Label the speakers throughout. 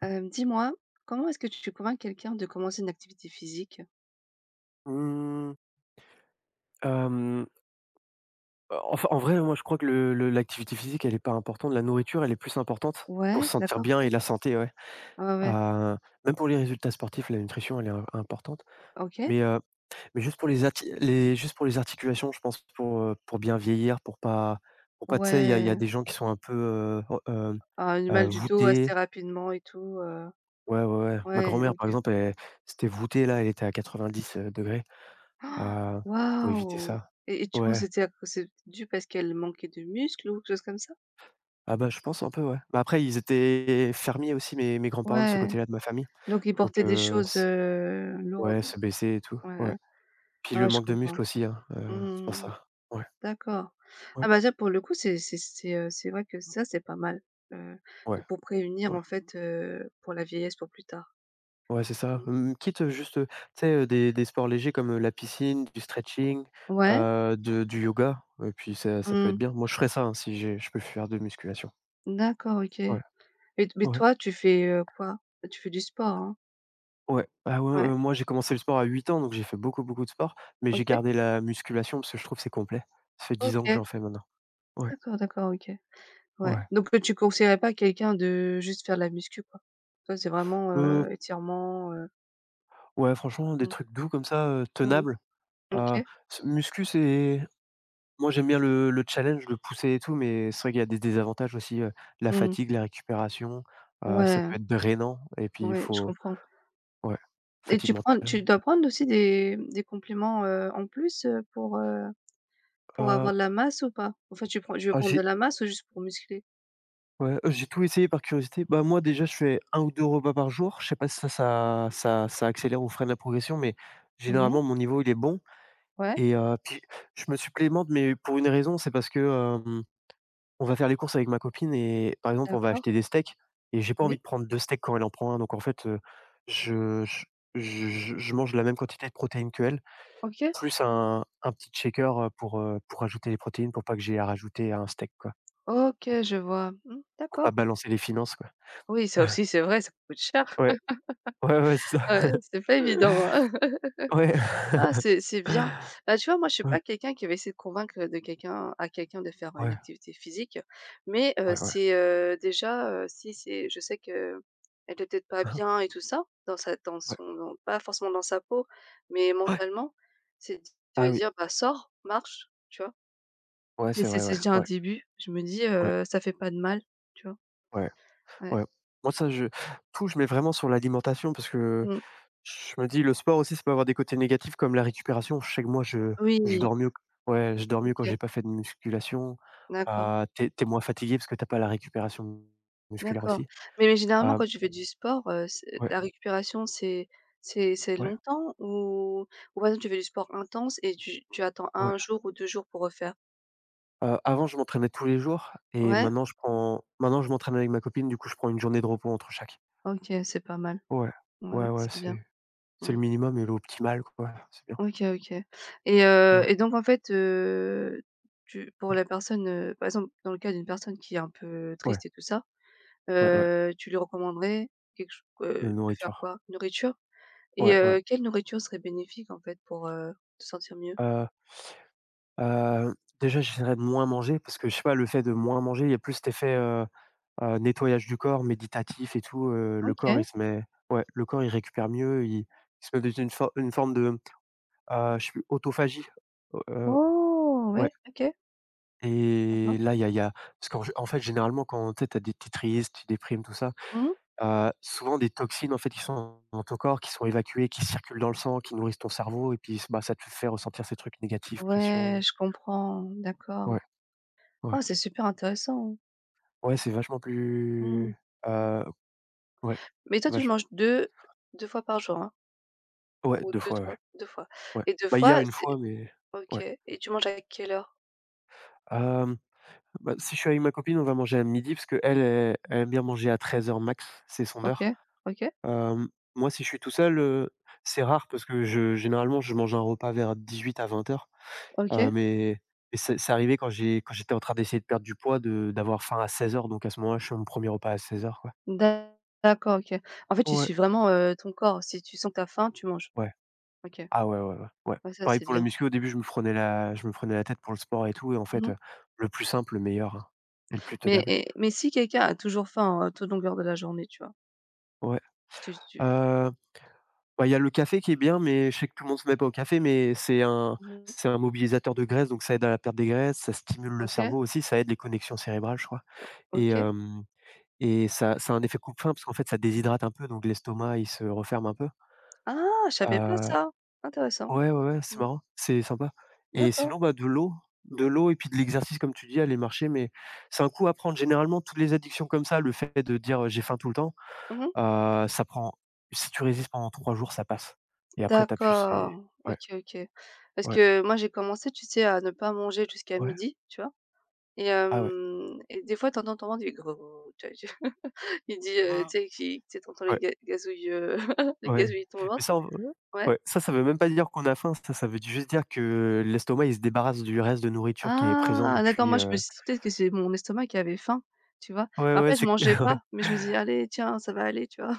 Speaker 1: Dis-moi, comment est-ce que tu convaincs quelqu'un de commencer une activité physique?
Speaker 2: Mmh, hem, enf en vrai, moi, je crois que le l'activité physique, elle est pas importante. La nourriture, elle est plus importante pour
Speaker 1: Ouais,
Speaker 2: se sentir
Speaker 1: d'accord,
Speaker 2: bien
Speaker 1: OK.
Speaker 2: et la santé, ouais.
Speaker 1: Ouais, ouais,
Speaker 2: Heu, Même pour les résultats sportifs, la nutrition, elle est im importante.
Speaker 1: OK.
Speaker 2: Mais, heu, mais juste pour les juste pour les articulations, je pense pour bien vieillir, pour pas, tu sais, il y a
Speaker 1: Ouais,
Speaker 2: des gens qui sont un peu,
Speaker 1: ah, le mal du dos
Speaker 2: voûtés.
Speaker 1: assez rapidement et tout,
Speaker 2: Ouais, ouais, ouais. Ma
Speaker 1: ouais,
Speaker 2: grand-mère,
Speaker 1: OK.
Speaker 2: par exemple, elle c'était voûtée là, elle était à 90, degrés.
Speaker 1: Ah,
Speaker 2: Heu, Faut éviter
Speaker 1: waouh!
Speaker 2: ça.
Speaker 1: Et tu penses
Speaker 2: Ouais.
Speaker 1: que c'était à cau c'est dû parce qu'elle manquait de muscles ou quelque chose comme ça?
Speaker 2: Ah bah, je pense un peu, ouais. Bah, après ils étaient fermiers aussi mes grands-parents de ce
Speaker 1: Ouais,
Speaker 2: côté-là de ma famille,
Speaker 1: donc il
Speaker 2: donc
Speaker 1: portait des choses,
Speaker 2: s ouais,
Speaker 1: lourdes.
Speaker 2: se baisser et tout,
Speaker 1: Ouais,
Speaker 2: ouais.
Speaker 1: ouais.
Speaker 2: Puis
Speaker 1: Ah
Speaker 2: le
Speaker 1: ouais, je
Speaker 2: manque de
Speaker 1: comprends.
Speaker 2: muscles aussi, hein, c'est pour
Speaker 1: Mmh.
Speaker 2: ça. Ouais,
Speaker 1: D'accord.
Speaker 2: ouais,
Speaker 1: Ah bah ça pour le coup, c'est vrai que ça, c'est pas mal, heu, de
Speaker 2: ouais,
Speaker 1: pour prévenir
Speaker 2: ouais,
Speaker 1: en fait, pour la vieillesse pour plus tard.
Speaker 2: ouais, c'est ça.
Speaker 1: Mmh.
Speaker 2: Mmh, Quitte, juste, tu sais, des sports légers comme, la piscine, du stretching,
Speaker 1: Ouais,
Speaker 2: de du yoga, et puis ça peut
Speaker 1: mmh,
Speaker 2: être bien. Moi je ferais ça, hein, si j'ai je peux faire de musculation.
Speaker 1: d'accord, OK. Et
Speaker 2: Ouais,
Speaker 1: mais
Speaker 2: ouais,
Speaker 1: toi, tu fais, quoi? Tu fais du sport, hein?
Speaker 2: ouais. Ah ouais,
Speaker 1: Ouais,
Speaker 2: ouais, moi j'ai commencé le sport à 8 ans, donc j'ai fait beaucoup, beaucoup de sport, mais j'ai
Speaker 1: OK,
Speaker 2: gardé la musculation parce que je trouve que c'est complet. Ça fait 10 ans que
Speaker 1: OK,
Speaker 2: j'en fais maintenant. Ouais,
Speaker 1: d'accord, d'accord, OK. Ouais,
Speaker 2: ouais.
Speaker 1: donc tu conseillerais pas à quelqu'un de juste faire de la muscu, quoi? Toi, c'est vraiment,
Speaker 2: Heu,
Speaker 1: étirement.
Speaker 2: ouais, franchement, des
Speaker 1: Mmh,
Speaker 2: trucs doux comme ça,
Speaker 1: mmh,
Speaker 2: tenables. Heu,
Speaker 1: OK.
Speaker 2: s Muscu, c'est moi, j'aime bien le challenge, le pousser et tout, mais c'est vrai qu'il y a des désavantages aussi, la
Speaker 1: Mmh,
Speaker 2: fatigue, la récupération, ça
Speaker 1: ouais,
Speaker 2: peut être drainant et puis il
Speaker 1: ouais, je
Speaker 2: faut
Speaker 1: comprends.
Speaker 2: ouais,
Speaker 1: Et
Speaker 2: fatigue
Speaker 1: tu
Speaker 2: mentale.
Speaker 1: dois prendre aussi des compléments, en plus, pour
Speaker 2: Heu,
Speaker 1: avoir de la masse ou pas? Enfin, tu prends je veux
Speaker 2: ah
Speaker 1: prendre de
Speaker 2: j'ai
Speaker 1: la masse ou juste pour muscler?
Speaker 2: ouais, j'ai tout essayé par curiosité. Bah, moi, déjà, je fais un ou 2 repas par jour. Je sais pas si ça accélère ou freine la progression, mais
Speaker 1: Mmh.
Speaker 2: généralement, mon niveau, il est bon
Speaker 1: Ouais,
Speaker 2: et puis je me supplémente, mais pour une raison, c'est parce que, on va faire les courses avec ma copine et par exemple, on va
Speaker 1: d'accord.
Speaker 2: acheter des steaks et j'ai pas envie
Speaker 1: Oui.
Speaker 2: de prendre 2 steaks quand elle en prend un donc en fait, je je je mange la même quantité de protéines qu'elle,
Speaker 1: OK.
Speaker 2: plus un petit shaker, pour ajouter les protéines pour pas que j'ai à rajouter à un steak quoi,
Speaker 1: OK, je vois. Mmh,
Speaker 2: pour
Speaker 1: d'accord.
Speaker 2: pas balancer les finances quoi.
Speaker 1: Oui, ça aussi, c'est vrai, ça coûte cher.
Speaker 2: Ouais, ouais, ouais, c'est ça.
Speaker 1: C'est pas évident, hein.
Speaker 2: Ouais.
Speaker 1: Ah, c'est bien. Bah, tu vois, moi, je suis
Speaker 2: Ouais,
Speaker 1: pas quelqu'un qui va essayer de convaincre, de quelqu'un à quelqu'un de faire, une
Speaker 2: ouais,
Speaker 1: activité physique, mais
Speaker 2: ouais, ouais.
Speaker 1: c'est, déjà, si c'est je sais que elle est peut-être pas bien et tout ça, dans sa dans
Speaker 2: Ouais,
Speaker 1: son dans pas forcément dans sa peau, mais
Speaker 2: ouais.
Speaker 1: mentalement, c'est de
Speaker 2: Ah
Speaker 1: te
Speaker 2: oui,
Speaker 1: dire: «Bah, sors, marche», tu vois?
Speaker 2: ouais,
Speaker 1: C'est
Speaker 2: c'est
Speaker 1: c'est
Speaker 2: vrai,
Speaker 1: c'est
Speaker 2: ouais,
Speaker 1: déjà un
Speaker 2: ouais,
Speaker 1: début. Je me dis,
Speaker 2: ouais,
Speaker 1: «Ça fait pas de mal», tu vois?
Speaker 2: ouais,
Speaker 1: Ouais.
Speaker 2: ouais. Moi, ça je tout je mets vraiment sur l'alimentation parce que
Speaker 1: Mmh.
Speaker 2: je me dis le sport aussi, ça peut avoir des côtés négatifs comme la récupération. Je sais que moi, je
Speaker 1: Oui,
Speaker 2: dors mieux ouais, je dors mieux quand
Speaker 1: OK,
Speaker 2: j'ai pas fait de musculation.
Speaker 1: d'accord.
Speaker 2: Tu es moins fatigué parce que t'as pas la récupération musculaire
Speaker 1: D'accord.
Speaker 2: aussi.
Speaker 1: Mais généralement
Speaker 2: Hem,
Speaker 1: quand tu fais du sport, c'est
Speaker 2: ouais,
Speaker 1: la récupération, c'est
Speaker 2: ouais,
Speaker 1: longtemps ou par exemple tu fais du sport intense et tu attends
Speaker 2: ouais.
Speaker 1: un jour ou 2 jours pour refaire?
Speaker 2: Avant, je m'entraînais tous les jours et
Speaker 1: Ouais?
Speaker 2: maintenant je prends maintenant je m'entraîne avec ma copine, du coup, je prends une journée de repos entre chaque.
Speaker 1: OK, c'est pas mal.
Speaker 2: Ouais, ouais,
Speaker 1: Ouais,
Speaker 2: ouais,
Speaker 1: c'est bien.
Speaker 2: c'est le
Speaker 1: Mmh.
Speaker 2: minimum et l'optimal, quoi. C'est bien.
Speaker 1: OK, OK. Et heu
Speaker 2: Ouais,
Speaker 1: et donc en fait, tu pour
Speaker 2: ouais,
Speaker 1: la personne, par exemple dans le cas d'une personne qui est un peu
Speaker 2: ouais,
Speaker 1: triste et tout ça,
Speaker 2: ouais, ouais,
Speaker 1: tu lui recommanderais quelque ch
Speaker 2: la
Speaker 1: de faire
Speaker 2: nourriture.
Speaker 1: quoi? Nourriture? Et
Speaker 2: Ouais, ouais.
Speaker 1: quelle nourriture serait bénéfique en fait pour, te sentir mieux?
Speaker 2: Heu Heu, Déjà j'essaierai de moins manger parce que je sais pas, le fait de moins manger, il y a plus cet effet, nettoyage du corps méditatif et tout, le corps
Speaker 1: OK.
Speaker 2: il se met ouais, le corps il récupère mieux, il se met dans une for une forme de, je sais plus, autophagie, heu
Speaker 1: Oh!
Speaker 2: ouais
Speaker 1: Ouais, OK,
Speaker 2: et
Speaker 1: d'accord.
Speaker 2: là il y a parce qu'en fait généralement quand tu as des tu es tu déprimes tout ça,
Speaker 1: Mmh.
Speaker 2: souvent des toxines en fait qui sont dans ton corps, qui sont évacuées, qui circulent dans le sang, qui nourrissent ton cerveau et puis bah, ça te fait ressentir ces trucs négatifs, pression.
Speaker 1: Ouais, je comprends, d'accord.
Speaker 2: Ouais, ouais.
Speaker 1: Ah, c'est super intéressant,
Speaker 2: Ouais, c'est vachement
Speaker 1: mmh.
Speaker 2: plus, heu, ouais,
Speaker 1: Mais toi, tu
Speaker 2: vachement
Speaker 1: manges deux fois par jour, hein?
Speaker 2: ouais,
Speaker 1: Ou
Speaker 2: 2
Speaker 1: deux
Speaker 2: fois, ouais,
Speaker 1: trois deux fois
Speaker 2: ouais.
Speaker 1: et deux
Speaker 2: Bah, hier,
Speaker 1: fois,
Speaker 2: une fois,
Speaker 1: c'est
Speaker 2: mais
Speaker 1: OK.
Speaker 2: ouais.
Speaker 1: Et tu manges à quelle heure?
Speaker 2: Hem, Bah, si je suis avec ma copine, on va manger à midi parce qu'elle aime bien manger à 13h max, c'est son
Speaker 1: OK,
Speaker 2: heure.
Speaker 1: OK,
Speaker 2: Hem, Moi, si je suis tout seul, c'est rare parce que je généralement, je mange un repas vers 18h à 20h, heu,
Speaker 1: OK.
Speaker 2: mais mais c'est arrivé quand j'étais en train d'essayer de perdre du poids de d'avoir faim à 16h donc à ce moment-là, je fais mon premier repas à 16h quoi.
Speaker 1: D'a- D'accord, OK. En fait, tu
Speaker 2: Ouais,
Speaker 1: suis vraiment, ton corps. Si tu sens que tu faim, tu manges.
Speaker 2: ouais.
Speaker 1: OK.
Speaker 2: Ah ouais, ouais, ouais, ouais.
Speaker 1: Ouais, ça,
Speaker 2: Pareil
Speaker 1: c'est
Speaker 2: pour la
Speaker 1: bien.
Speaker 2: muscu, au début, je me prenais la tête pour le sport et tout et en fait,
Speaker 1: Mmh.
Speaker 2: le plus simple, le meilleur, hein et le plus tenable.
Speaker 1: Mais si quelqu'un a toujours faim, tout longueur de la journée, tu vois?
Speaker 2: Ouais,
Speaker 1: Tu tu
Speaker 2: heu, bah, il y a le café qui est bien, mais je sais que tout le monde se met pas au café, mais
Speaker 1: Mmh,
Speaker 2: c'est un mobilisateur de graisse, donc ça aide à la perte des graisses, ça stimule le
Speaker 1: OK,
Speaker 2: cerveau aussi, ça aide les connexions cérébrales, je crois et
Speaker 1: OK.
Speaker 2: hem et ça a un effet coupe-faim parce qu'en fait, ça déshydrate un peu, donc l'estomac, il se referme un peu,
Speaker 1: Ah! Je savais pas
Speaker 2: heu
Speaker 1: ça. Intéressant.
Speaker 2: ouais, ouais, ouais, c'est
Speaker 1: Mmh.
Speaker 2: marrant, c'est sympa et
Speaker 1: D'accord.
Speaker 2: sinon, bah, de l'eau et puis de l'exercice comme tu dis, aller marcher mais c'est un coup à prendre. Généralement, toutes les addictions comme ça, le fait de dire, «J'ai faim tout le temps»,
Speaker 1: Mmh.
Speaker 2: ça prend si tu résistes pendant 3 jours, ça passe et après t'as as plus c'est
Speaker 1: D'accord.
Speaker 2: ouais,
Speaker 1: OK, OK. Parce
Speaker 2: ouais,
Speaker 1: que moi, j'ai commencé, tu sais, à ne pas manger jusqu'à
Speaker 2: ouais,
Speaker 1: midi, tu vois? Et
Speaker 2: ah ouais.
Speaker 1: hem et des fois, t'entends ton ventre, il fait grrrr, tu vois? Il dit, tu
Speaker 2: Mmh.
Speaker 1: sais, qui tu sais, tu
Speaker 2: Ouais,
Speaker 1: les ga gazouilles, les
Speaker 2: ouais,
Speaker 1: gazouilles de ton
Speaker 2: mais
Speaker 1: ventre.
Speaker 2: ça, on
Speaker 1: Ouais.
Speaker 2: ouais, ça veut même pas dire qu'on a faim, ça veut juste dire que l'estomac, il se débarrasse du reste de nourriture qui est présent
Speaker 1: Ah! D'accord,
Speaker 2: depuis,
Speaker 1: moi, je me suis dit peut-être que c'est mon estomac qui avait faim, tu vois?
Speaker 2: ouais, ouais,
Speaker 1: Après, je
Speaker 2: c'est
Speaker 1: mangeais
Speaker 2: ouais.
Speaker 1: pas, mais je me dis: «Allez, tiens, ça va aller», tu vois?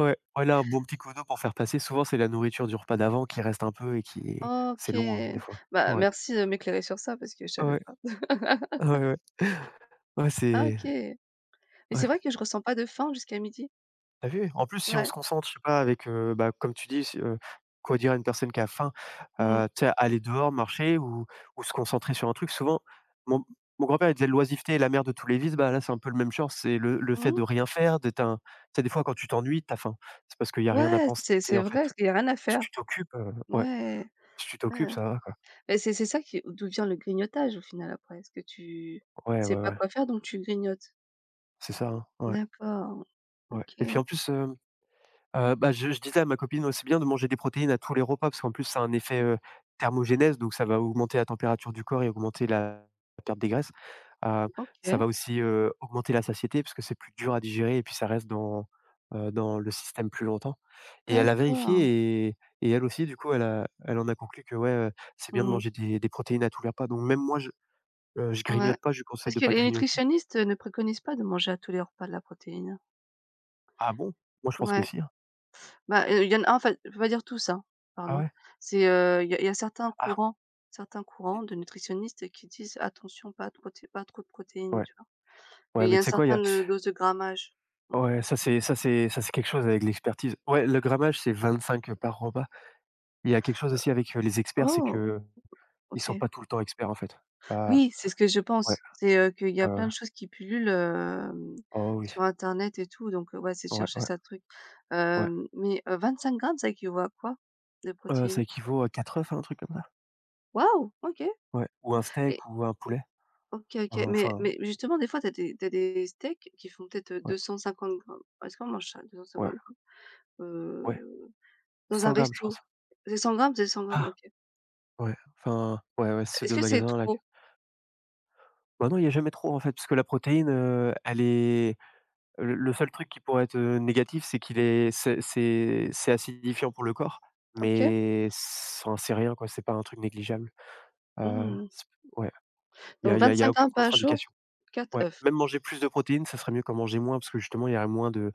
Speaker 2: Ouais, voilà un bon petit coup d'eau pour faire passer. Souvent, c'est la nourriture du repas d'avant qui reste un peu et qui est. C'est
Speaker 1: OK.
Speaker 2: long, hein, des fois.
Speaker 1: Bah,
Speaker 2: Ouais,
Speaker 1: merci de m'éclairer sur ça parce que je savais
Speaker 2: ouais,
Speaker 1: pas.
Speaker 2: ouais, ouais. Ouais,
Speaker 1: Ah,
Speaker 2: c'est
Speaker 1: OK. Mais c'est
Speaker 2: ouais,
Speaker 1: vrai que je ressens pas de faim jusqu'à midi.
Speaker 2: tu vu? En plus, si on
Speaker 1: Ouais.
Speaker 2: se concentre, je sais pas, avec, bah, comme tu dis, si, quoi dire à une personne qui a faim?
Speaker 1: Mmh.
Speaker 2: Tu sais, aller dehors, marcher ou se concentrer sur un truc. Souvent, mon mon grand-père, il disait: «L'oisiveté est la mère de tous les vices». Bah, là, c'est un peu le même genre. C'est le fait
Speaker 1: Mmh.
Speaker 2: de rien faire, d'être un tu sais, des fois, quand tu t'ennuies, t'as faim. C'est parce qu'il y a rien à
Speaker 1: Ouais,
Speaker 2: penser,
Speaker 1: c'est
Speaker 2: en
Speaker 1: vrai,
Speaker 2: fait.
Speaker 1: parce qu'il y a rien à
Speaker 2: Si
Speaker 1: faire.
Speaker 2: tu t'occupes, ouais,
Speaker 1: Ouais.
Speaker 2: si tu t'occupes,
Speaker 1: Ah.
Speaker 2: ça va.
Speaker 1: Bah, c'est ça qui d'où vient le grignotage au final après. Est-ce que tu
Speaker 2: Ouais, ouais,
Speaker 1: sais pas
Speaker 2: ouais,
Speaker 1: quoi faire, donc tu grignotes?
Speaker 2: c'est ça, hein. Ouais,
Speaker 1: D'accord.
Speaker 2: ouais et puis
Speaker 1: OK.
Speaker 2: en plus, bah, je disais à ma copine, «C'est bien de manger des protéines à tous les repas» parce qu'en plus ça a un effet, thermogénèse donc ça va augmenter la température du corps et augmenter la perte des graisses. Heu, Ça
Speaker 1: OK.
Speaker 2: va aussi, augmenter la satiété parce que c'est plus dur à digérer et puis ça reste dans le système plus longtemps et elle a
Speaker 1: D'accord.
Speaker 2: vérifié et elle aussi du coup elle en a conclu que ouais, c'est bien de
Speaker 1: Mmh.
Speaker 2: manger des protéines à tous les repas donc même moi je
Speaker 1: Ouais.
Speaker 2: grignote pas, je lui conseille
Speaker 1: Parce
Speaker 2: de
Speaker 1: que
Speaker 2: pas
Speaker 1: les
Speaker 2: grignoter.
Speaker 1: nutritionnistes ne préconisent pas de manger à tous les repas de la protéine.
Speaker 2: Ah bon? Moi je pense que
Speaker 1: Ouais.
Speaker 2: si, hein.
Speaker 1: Bah, il y en a, en fait, faut pas dire tout ça,
Speaker 2: Ah
Speaker 1: pardon.
Speaker 2: ouais?
Speaker 1: C'est, il y a certains
Speaker 2: Ah,
Speaker 1: courants certains courants de nutritionnistes qui disent: «Attention, pas trop de protéines»,
Speaker 2: ouais,
Speaker 1: tu vois? Qu'il
Speaker 2: ouais,
Speaker 1: y
Speaker 2: mais
Speaker 1: a une
Speaker 2: tu sais quoi, il y a
Speaker 1: certaine, dose de grammage. Mmh.
Speaker 2: ouais, ça c'est quelque chose avec l'expertise. Ouais, le grammage, c'est 25 par repas. Il y a quelque chose aussi avec, les
Speaker 1: Heu,
Speaker 2: experts, c'est
Speaker 1: oh!
Speaker 2: que ils sont
Speaker 1: OK.
Speaker 2: pas tout le temps experts, en fait. Ah
Speaker 1: Oui, c'est ce que je
Speaker 2: ouais,
Speaker 1: pense. C'est, qu'il y a
Speaker 2: ouais, ouais.
Speaker 1: plein de choses qui pullulent,
Speaker 2: Oh oui,
Speaker 1: sur internet et tout, donc, ouais, c'est de
Speaker 2: ouais,
Speaker 1: chercher
Speaker 2: ouais,
Speaker 1: ça truc.
Speaker 2: ouais.
Speaker 1: Mais, 25 grammes, ça équivaut à quoi de protéines?
Speaker 2: Ça équivaut à 4 œufs, hein, un truc comme ça?
Speaker 1: Waouh! OK.
Speaker 2: Ouais, ou un
Speaker 1: Et
Speaker 2: steak ou un poulet,
Speaker 1: OK, OK,
Speaker 2: enfin,
Speaker 1: mais
Speaker 2: enfin,
Speaker 1: mais justement, des fois, t'as des tu des steaks qui font peut-être deux
Speaker 2: ouais,
Speaker 1: cent cinquante grammes. Est-ce qu'on mange ça,
Speaker 2: ouais,
Speaker 1: 250 g?
Speaker 2: ouais,
Speaker 1: Heu, Dans un
Speaker 2: 100 g je
Speaker 1: resto?
Speaker 2: pense.
Speaker 1: C'est 100 grammes, c'est 100 grammes.
Speaker 2: Ah!
Speaker 1: OK.
Speaker 2: Ouais, enfin, ouais, ouais, ces
Speaker 1: Est-ce
Speaker 2: 2
Speaker 1: que c'est
Speaker 2: magasins-là.
Speaker 1: trop?
Speaker 2: Bah, non, il y a jamais trop, en fait, parce que la protéine. Elle est Le seul truc qui pourrait être, négatif, c'est qu'il est c'est acidifiant pour le corps,
Speaker 1: OK.
Speaker 2: mais c enfin, c'est rien quoi, c'est pas un truc négligeable.
Speaker 1: Mmh.
Speaker 2: C Ouais,
Speaker 1: Donc
Speaker 2: il y a y a
Speaker 1: cinq
Speaker 2: aucune
Speaker 1: grammes par jour,
Speaker 2: contre-indication.
Speaker 1: 4
Speaker 2: Ouais,
Speaker 1: œufs.
Speaker 2: même manger plus de protéines, ça serait mieux qu'en manger moins parce que justement, il y aurait moins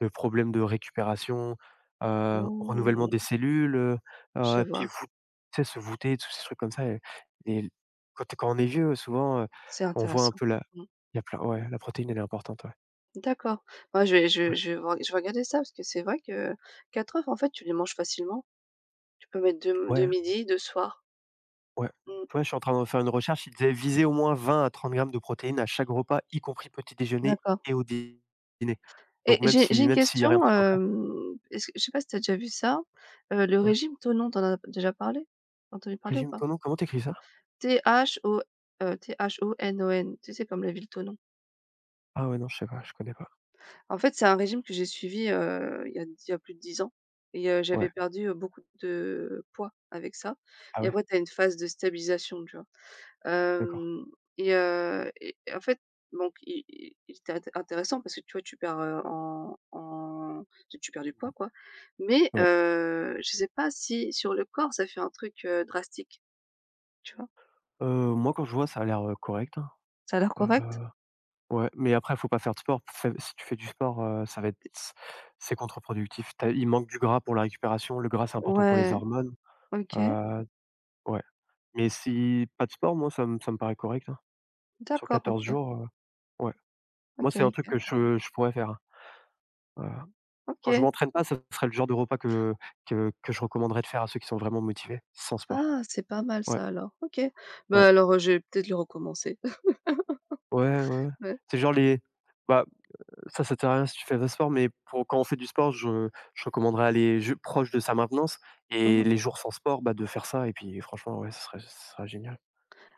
Speaker 2: de problèmes de récupération, renouvellement
Speaker 1: Mmh,
Speaker 2: des cellules,
Speaker 1: je vois,
Speaker 2: puis vous tu sais, se voûter, tous ces trucs comme ça et et quand on est vieux, souvent,
Speaker 1: c'est
Speaker 2: on voit un
Speaker 1: intéressant.
Speaker 2: peu la
Speaker 1: Mmh.
Speaker 2: y a plein ouais, la protéine, elle est importante, ouais.
Speaker 1: D'accord. Moi, je vais je vais-
Speaker 2: Ouais.
Speaker 1: je vais re je vais regarder ça parce que c'est vrai que 4 œufs, en fait, tu les manges facilement. Tu peux mettre de
Speaker 2: Ouais.
Speaker 1: midi, de soir.
Speaker 2: Ouais.
Speaker 1: Mmh,
Speaker 2: Tu vois, je suis en train de faire une recherche, il disait viser au moins 20 à 30 grammes de protéines à chaque repas, y compris petit déjeuner
Speaker 1: d'accord.
Speaker 2: et au dîner.
Speaker 1: Et
Speaker 2: Donc même
Speaker 1: j'ai
Speaker 2: si
Speaker 1: une
Speaker 2: même s'il y avait un
Speaker 1: question,
Speaker 2: petit encas
Speaker 1: est-ce que je sais pas si tu as déjà vu ça? Le
Speaker 2: ouais.
Speaker 1: régime Thonon, t'en as déjà parlé? T'as entendu parler ou
Speaker 2: Régime
Speaker 1: pas?
Speaker 2: comment t'écris ça?
Speaker 1: T-H-O, Thonon, tu sais, comme la ville Thonon.
Speaker 2: Ah ouais, non, je sais pas, je connais pas.
Speaker 1: En fait, c'est un régime que j'ai suivi, il y a plus de 10 ans et
Speaker 2: Ouais.
Speaker 1: j'avais perdu, beaucoup de poids avec ça
Speaker 2: Ah
Speaker 1: et
Speaker 2: ouais,
Speaker 1: après tu as une phase de stabilisation, tu vois?
Speaker 2: d'accord.
Speaker 1: Hem Et en fait, donc il était intéressant parce que tu vois, tu perds, en en tu tu perds du poids, quoi. Mais
Speaker 2: Ouais.
Speaker 1: je sais pas si sur le corps, ça fait un truc, drastique, tu vois?
Speaker 2: Moi, quand je vois, ça a l'air, correct, hein.
Speaker 1: Ça a l'air
Speaker 2: Heu,
Speaker 1: correct?
Speaker 2: ouais, mais après, faut pas faire de sport. Fai Si tu fais du sport, ça va être c'est contre-productif. Tu Il manque du gras pour la récupération, le gras, c'est important pour les
Speaker 1: Ouais,
Speaker 2: hormones.
Speaker 1: OK.
Speaker 2: Heu, ouais, mais si pas de sport, moi, ça me paraît correct, hein. Sur
Speaker 1: D'accord,
Speaker 2: 14
Speaker 1: OK.
Speaker 2: jours, ouais, moi,
Speaker 1: OK,
Speaker 2: c'est un truc
Speaker 1: OK.
Speaker 2: que je pourrais faire, hein. Heu, Quand je
Speaker 1: OK.
Speaker 2: m'entraîne pas, ça serait le genre de repas que je recommanderais de faire à ceux qui sont vraiment motivés, sans sport.
Speaker 1: Ah, c'est pas mal
Speaker 2: Ouais,
Speaker 1: ça alors. OK.
Speaker 2: ouais,
Speaker 1: Bah alors, je vais peut-être le recommencer.
Speaker 2: ouais, ouais, ouais.
Speaker 1: Ouais.
Speaker 2: C'est genre les bah, ça sert à rien si tu fais pas de sport, mais pour quand on fait du sport, je recommanderais aller je proche de sa maintenance
Speaker 1: Mmh.
Speaker 2: et les jours sans sport, bah, de faire ça et puis franchement, ouais, ce serait génial.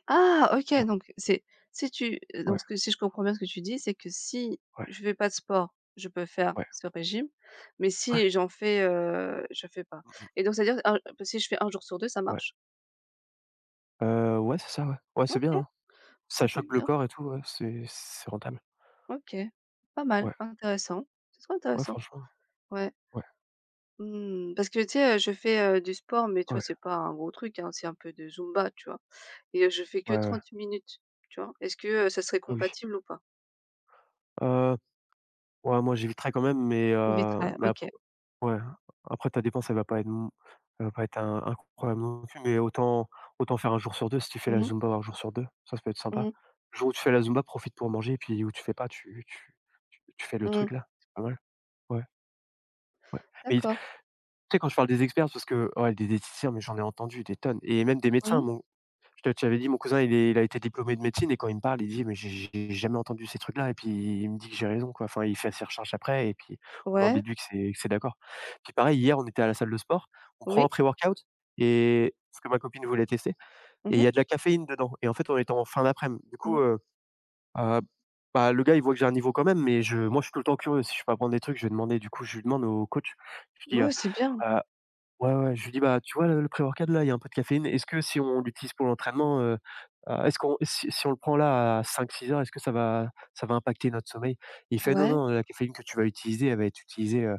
Speaker 1: Ah, OK,
Speaker 2: Ouais,
Speaker 1: donc c'est si tu
Speaker 2: ouais,
Speaker 1: donc ce que si je comprends bien ce que tu dis, c'est que si
Speaker 2: ouais,
Speaker 1: je fais pas de sport, je peux faire
Speaker 2: ouais,
Speaker 1: ce régime, mais
Speaker 2: ouais,
Speaker 1: si j'en fais, je fais pas.
Speaker 2: mmh mh,
Speaker 1: Et donc c'est-à-dire un si je fais un jour sur 2 ça
Speaker 2: ouais.
Speaker 1: marche?
Speaker 2: Ouais, c'est ça, ouais. Ouais, c'est bien,
Speaker 1: OK,
Speaker 2: hein. Ça
Speaker 1: ça peut être
Speaker 2: choque le
Speaker 1: bien.
Speaker 2: corps et tout, ouais, c'est rentable.
Speaker 1: OK, pas mal,
Speaker 2: Ouais,
Speaker 1: intéressant. C'est trop
Speaker 2: ouais,
Speaker 1: intéressant.
Speaker 2: franchement,
Speaker 1: Ouais.
Speaker 2: ouais,
Speaker 1: Mmh, parce que tu sais, je fais, du sport, mais tu
Speaker 2: ouais,
Speaker 1: vois,
Speaker 2: ouais,
Speaker 1: c'est pas un gros truc, hein, c'est un peu de zumba, tu vois? Et je fais que
Speaker 2: ouais.
Speaker 1: 30 minutes, tu vois? Est-ce que, ça serait
Speaker 2: Ah oui.
Speaker 1: compatible ou pas?
Speaker 2: Heu, ouais, moi j'éviterais quand même,
Speaker 1: Vite fait,
Speaker 2: mais
Speaker 1: OK.
Speaker 2: après ouais, après ta dépense, elle va pas être non elle va pas être un incroyable non plus, mais autant autant faire un jour sur 2. Si tu fais
Speaker 1: Mmh
Speaker 2: la
Speaker 1: mh.
Speaker 2: Zumba un jour sur 2, ça peut être sympa.
Speaker 1: Mmh.
Speaker 2: Le jour où tu fais la Zumba, profite pour manger et puis où tu fais pas, tu fais le
Speaker 1: Mmh.
Speaker 2: truc là, c'est pas mal. Ouais, ouais. Et tu
Speaker 1: D'accord.
Speaker 2: sais quand je parle des experts, parce que ouais, des diététiciens, mais j'en ai entendu des tonnes et même des médecins
Speaker 1: Mmh.
Speaker 2: m'ont je te avais dit, mon cousin, il est il a été diplômé de médecine et quand il me parle, il dit: «Mais j'ai jamais entendu ces trucs-là» et puis il me dit que j'ai raison, quoi. Enfin, il fait ses recherches après et puis on en
Speaker 1: Ouais.
Speaker 2: déduit que c'est d'accord. Puis pareil, hier, on était à la salle de sport, on prend un
Speaker 1: Oui.
Speaker 2: pré-workout et parce que ma copine voulait tester
Speaker 1: Mmh
Speaker 2: et il
Speaker 1: mh.
Speaker 2: y a de la caféine dedans et en fait, on était en fin d'après-midi. Du coup,
Speaker 1: Mmh.
Speaker 2: heu, bah, le gars, il voit que j'ai un niveau quand même mais je moi, je suis tout le temps curieux. Si je peux apprendre des trucs, je vais demander. Du coup, je lui demande au coach, je lui dis,
Speaker 1: Ouais, c'est bien.
Speaker 2: ouais, ouais, je lui dis: «Bah, tu vois le pré-workout là, il y a un peu de caféine. Est-ce que si on l'utilise pour l'entraînement, est-ce qu'on si si on le prend là à cinq six heures, est-ce que ça va impacter notre sommeil?» Et il fait: «Non,
Speaker 1: Ouais.
Speaker 2: non, la caféine que tu vas utiliser, elle va être utilisée,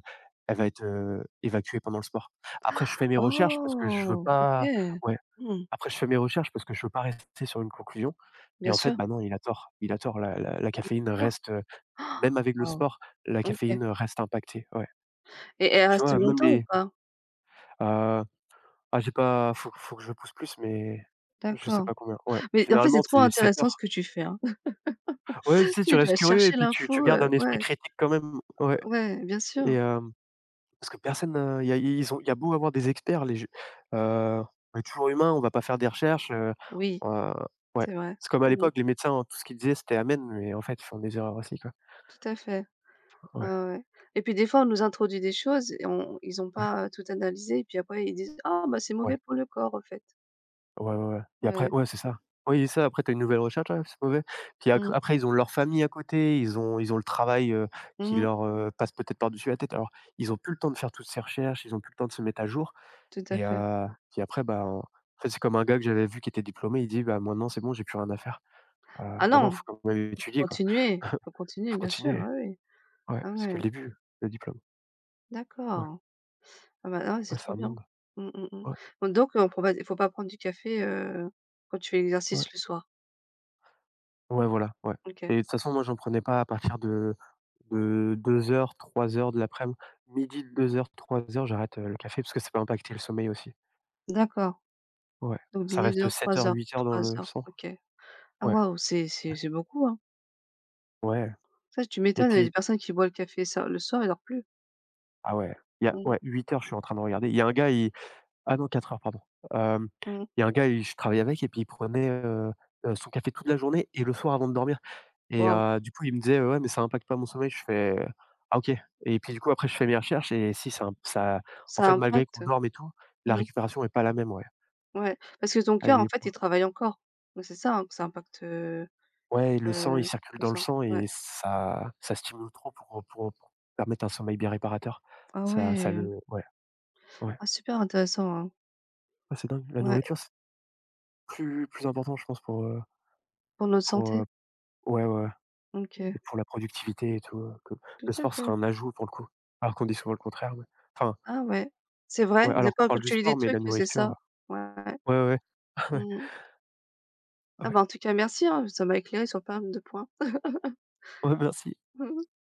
Speaker 2: elle va être, évacuée pendant le sport». Après je fais mes recherches parce que je veux
Speaker 1: Oh!
Speaker 2: pas
Speaker 1: OK.
Speaker 2: ouais,
Speaker 1: Mmh.
Speaker 2: après je fais mes recherches parce que je veux pas rester sur une conclusion et
Speaker 1: Bien
Speaker 2: en fait,
Speaker 1: sûr.
Speaker 2: bah, non, il a tort, il a tort. La caféine
Speaker 1: D'accord.
Speaker 2: reste, même avec le
Speaker 1: Waouh!
Speaker 2: sport, la
Speaker 1: OK,
Speaker 2: caféine, reste impactée, ouais.
Speaker 1: et elle
Speaker 2: Tu
Speaker 1: reste
Speaker 2: vois, même
Speaker 1: longtemps ou
Speaker 2: les,
Speaker 1: pas?
Speaker 2: heu ah j'ai pas faut que je pousse plus, mais je sais
Speaker 1: D'accord.
Speaker 2: pas combien. Ouais,
Speaker 1: Mais en fait, c'est
Speaker 2: généralement
Speaker 1: trop
Speaker 2: c'est 7
Speaker 1: intéressant ce
Speaker 2: heures.
Speaker 1: que tu fais, hein.
Speaker 2: Ouais, tu sais,
Speaker 1: Tu
Speaker 2: tu
Speaker 1: tu
Speaker 2: restes
Speaker 1: vas
Speaker 2: curieux et
Speaker 1: chercher
Speaker 2: puis tu
Speaker 1: l'info,
Speaker 2: tu gardes un esprit
Speaker 1: ouais,
Speaker 2: critique quand même. Ouais
Speaker 1: ouais, bien
Speaker 2: et
Speaker 1: sûr.
Speaker 2: parce que personne, il y a ils ont il y a beau avoir des experts, les jeux heu, on est toujours humain, on va pas faire des recherches,
Speaker 1: Oui,
Speaker 2: heu, ouais.
Speaker 1: c'est vrai.
Speaker 2: C'est comme à
Speaker 1: Mmh.
Speaker 2: l'époque, les médecins, hein, tout ce qu'ils disaient, c'était amen, mais en fait, ils font des erreurs aussi, quoi.
Speaker 1: Tout à fait. Ouais,
Speaker 2: Ouais,
Speaker 1: ouais, ouais, et puis des fois, on nous introduit des choses et on ils ont
Speaker 2: ouais,
Speaker 1: pas, tout analysé et puis après ils disent: «Ah bah, c'est mauvais
Speaker 2: ouais.
Speaker 1: pour le corps, au fait».
Speaker 2: Ouais, ouais, ouais et après
Speaker 1: Ouais.
Speaker 2: ouais, c'est ça. Oui, c'est ça, après tu as une nouvelle recherche, ouais, c'est mauvais. Puis ac
Speaker 1: Mmh.
Speaker 2: après ils ont leur famille à côté, ils ont le travail, qui
Speaker 1: Mmh.
Speaker 2: leur, passe peut-être par-dessus la tête. Alors ils ont plus le temps de faire toutes ces recherches, ils ont plus le temps de se mettre à jour
Speaker 1: Tout à
Speaker 2: et
Speaker 1: fait.
Speaker 2: puis après, bah, en fait, c'est comme un gars que j'avais vu qui était diplômé, il dit: «Bah, maintenant c'est bon, j'ai plus rien à faire». Heu,
Speaker 1: Ah
Speaker 2: Bah, non,
Speaker 1: non,
Speaker 2: faut quand même étudier, quoi.
Speaker 1: il faut continuer
Speaker 2: Faut
Speaker 1: bien sûr,
Speaker 2: continuer.
Speaker 1: ah oui.
Speaker 2: Ouais,
Speaker 1: Ah
Speaker 2: c'est que le
Speaker 1: ouais,
Speaker 2: début, le diplôme. Ouais,
Speaker 1: d'accord. Ah bah, ah ouais, c'est
Speaker 2: ouais, c'est
Speaker 1: trop
Speaker 2: un
Speaker 1: bien.
Speaker 2: monde.
Speaker 1: Mmh, mmh, mmh.
Speaker 2: Ouais,
Speaker 1: Bon donc on prend pas il faut pas prendre du café, quand tu fais
Speaker 2: ouais.
Speaker 1: l'exercice le soir?
Speaker 2: Ouais, voilà, ouais
Speaker 1: OK.
Speaker 2: et de toute façon, moi, j'en prenais pas à partir de deux heures, trois heures de l'après-midi. Midi, deux heures, trois heures j'arrête, le café parce que ça peut impacter le sommeil aussi.
Speaker 1: D'accord,
Speaker 2: Ouais,
Speaker 1: donc
Speaker 2: ça
Speaker 1: midi, deux
Speaker 2: reste
Speaker 1: heures,
Speaker 2: sept
Speaker 1: trois
Speaker 2: heures,
Speaker 1: heures.
Speaker 2: huit heures dans
Speaker 1: Trois
Speaker 2: le
Speaker 1: heures,
Speaker 2: sang.
Speaker 1: OK. Ah
Speaker 2: Ouais,
Speaker 1: waouh, c'est c'est
Speaker 2: ouais,
Speaker 1: c'est beaucoup, hein.
Speaker 2: ouais
Speaker 1: Ça tu
Speaker 2: et
Speaker 1: m'étonnes, il y a
Speaker 2: puis
Speaker 1: des personnes qui boivent le café ça le soir, ils dorment plus.
Speaker 2: ah ouais, il y a
Speaker 1: Mmh,
Speaker 2: ouais, huit heures je suis en train de regarder. Il y a un gars, il ah non, quatre heures pardon. Hem,
Speaker 1: mmh.
Speaker 2: il y a un gars, il je travaillais avec et puis il prenait, son café toute la journée et le soir avant de dormir. Et
Speaker 1: Waouh,
Speaker 2: du coup, il me disait: «Ouais, mais ça impacte pas mon sommeil». Je fais: «Ah OK» et puis, du coup, après, je fais mes recherches et si ça en
Speaker 1: ça
Speaker 2: fait, malgré qu'on
Speaker 1: impacte.
Speaker 2: dorme et tout, la
Speaker 1: Mmh,
Speaker 2: récupération est pas la même, ouais.
Speaker 1: ouais, parce que ton cœur
Speaker 2: Elle
Speaker 1: en
Speaker 2: est
Speaker 1: fait, il travaille encore. Donc c'est ça, hein, que ça impacte,
Speaker 2: ouais, le sang, il
Speaker 1: heu,
Speaker 2: circule
Speaker 1: le
Speaker 2: dans le
Speaker 1: sang.
Speaker 2: sang
Speaker 1: Ouais.
Speaker 2: et ça stimule trop pour permettre un sommeil bien réparateur.
Speaker 1: Ah
Speaker 2: Ça ça
Speaker 1: ouais.
Speaker 2: le ouais, ouais.
Speaker 1: Ah super intéressant, hein.
Speaker 2: Ouais, c'est dingue. La
Speaker 1: Ouais,
Speaker 2: nourriture, c'est plus important, je pense,
Speaker 1: pour notre
Speaker 2: pour,
Speaker 1: santé.
Speaker 2: ouais, ouais, ouais
Speaker 1: OK.
Speaker 2: et pour la productivité et tout, que
Speaker 1: Tout
Speaker 2: le
Speaker 1: à
Speaker 2: sport serait
Speaker 1: fait.
Speaker 2: un ajout pour le coup, alors qu'on dit souvent le contraire, ouais. Enfin,
Speaker 1: Ah ouais, c'est vrai,
Speaker 2: ouais,
Speaker 1: des
Speaker 2: alors qu'on
Speaker 1: fois quand
Speaker 2: parle du
Speaker 1: tu lis des
Speaker 2: sport, mais
Speaker 1: trucs,
Speaker 2: la
Speaker 1: c'est ça.
Speaker 2: nourriture,
Speaker 1: Ouais.
Speaker 2: ouais, ouais. Ouais,
Speaker 1: Mmh. Ah
Speaker 2: ouais.
Speaker 1: bah, en tout cas merci, hein, ça m'a éclairé sur pas mal de points.
Speaker 2: Ouais, merci.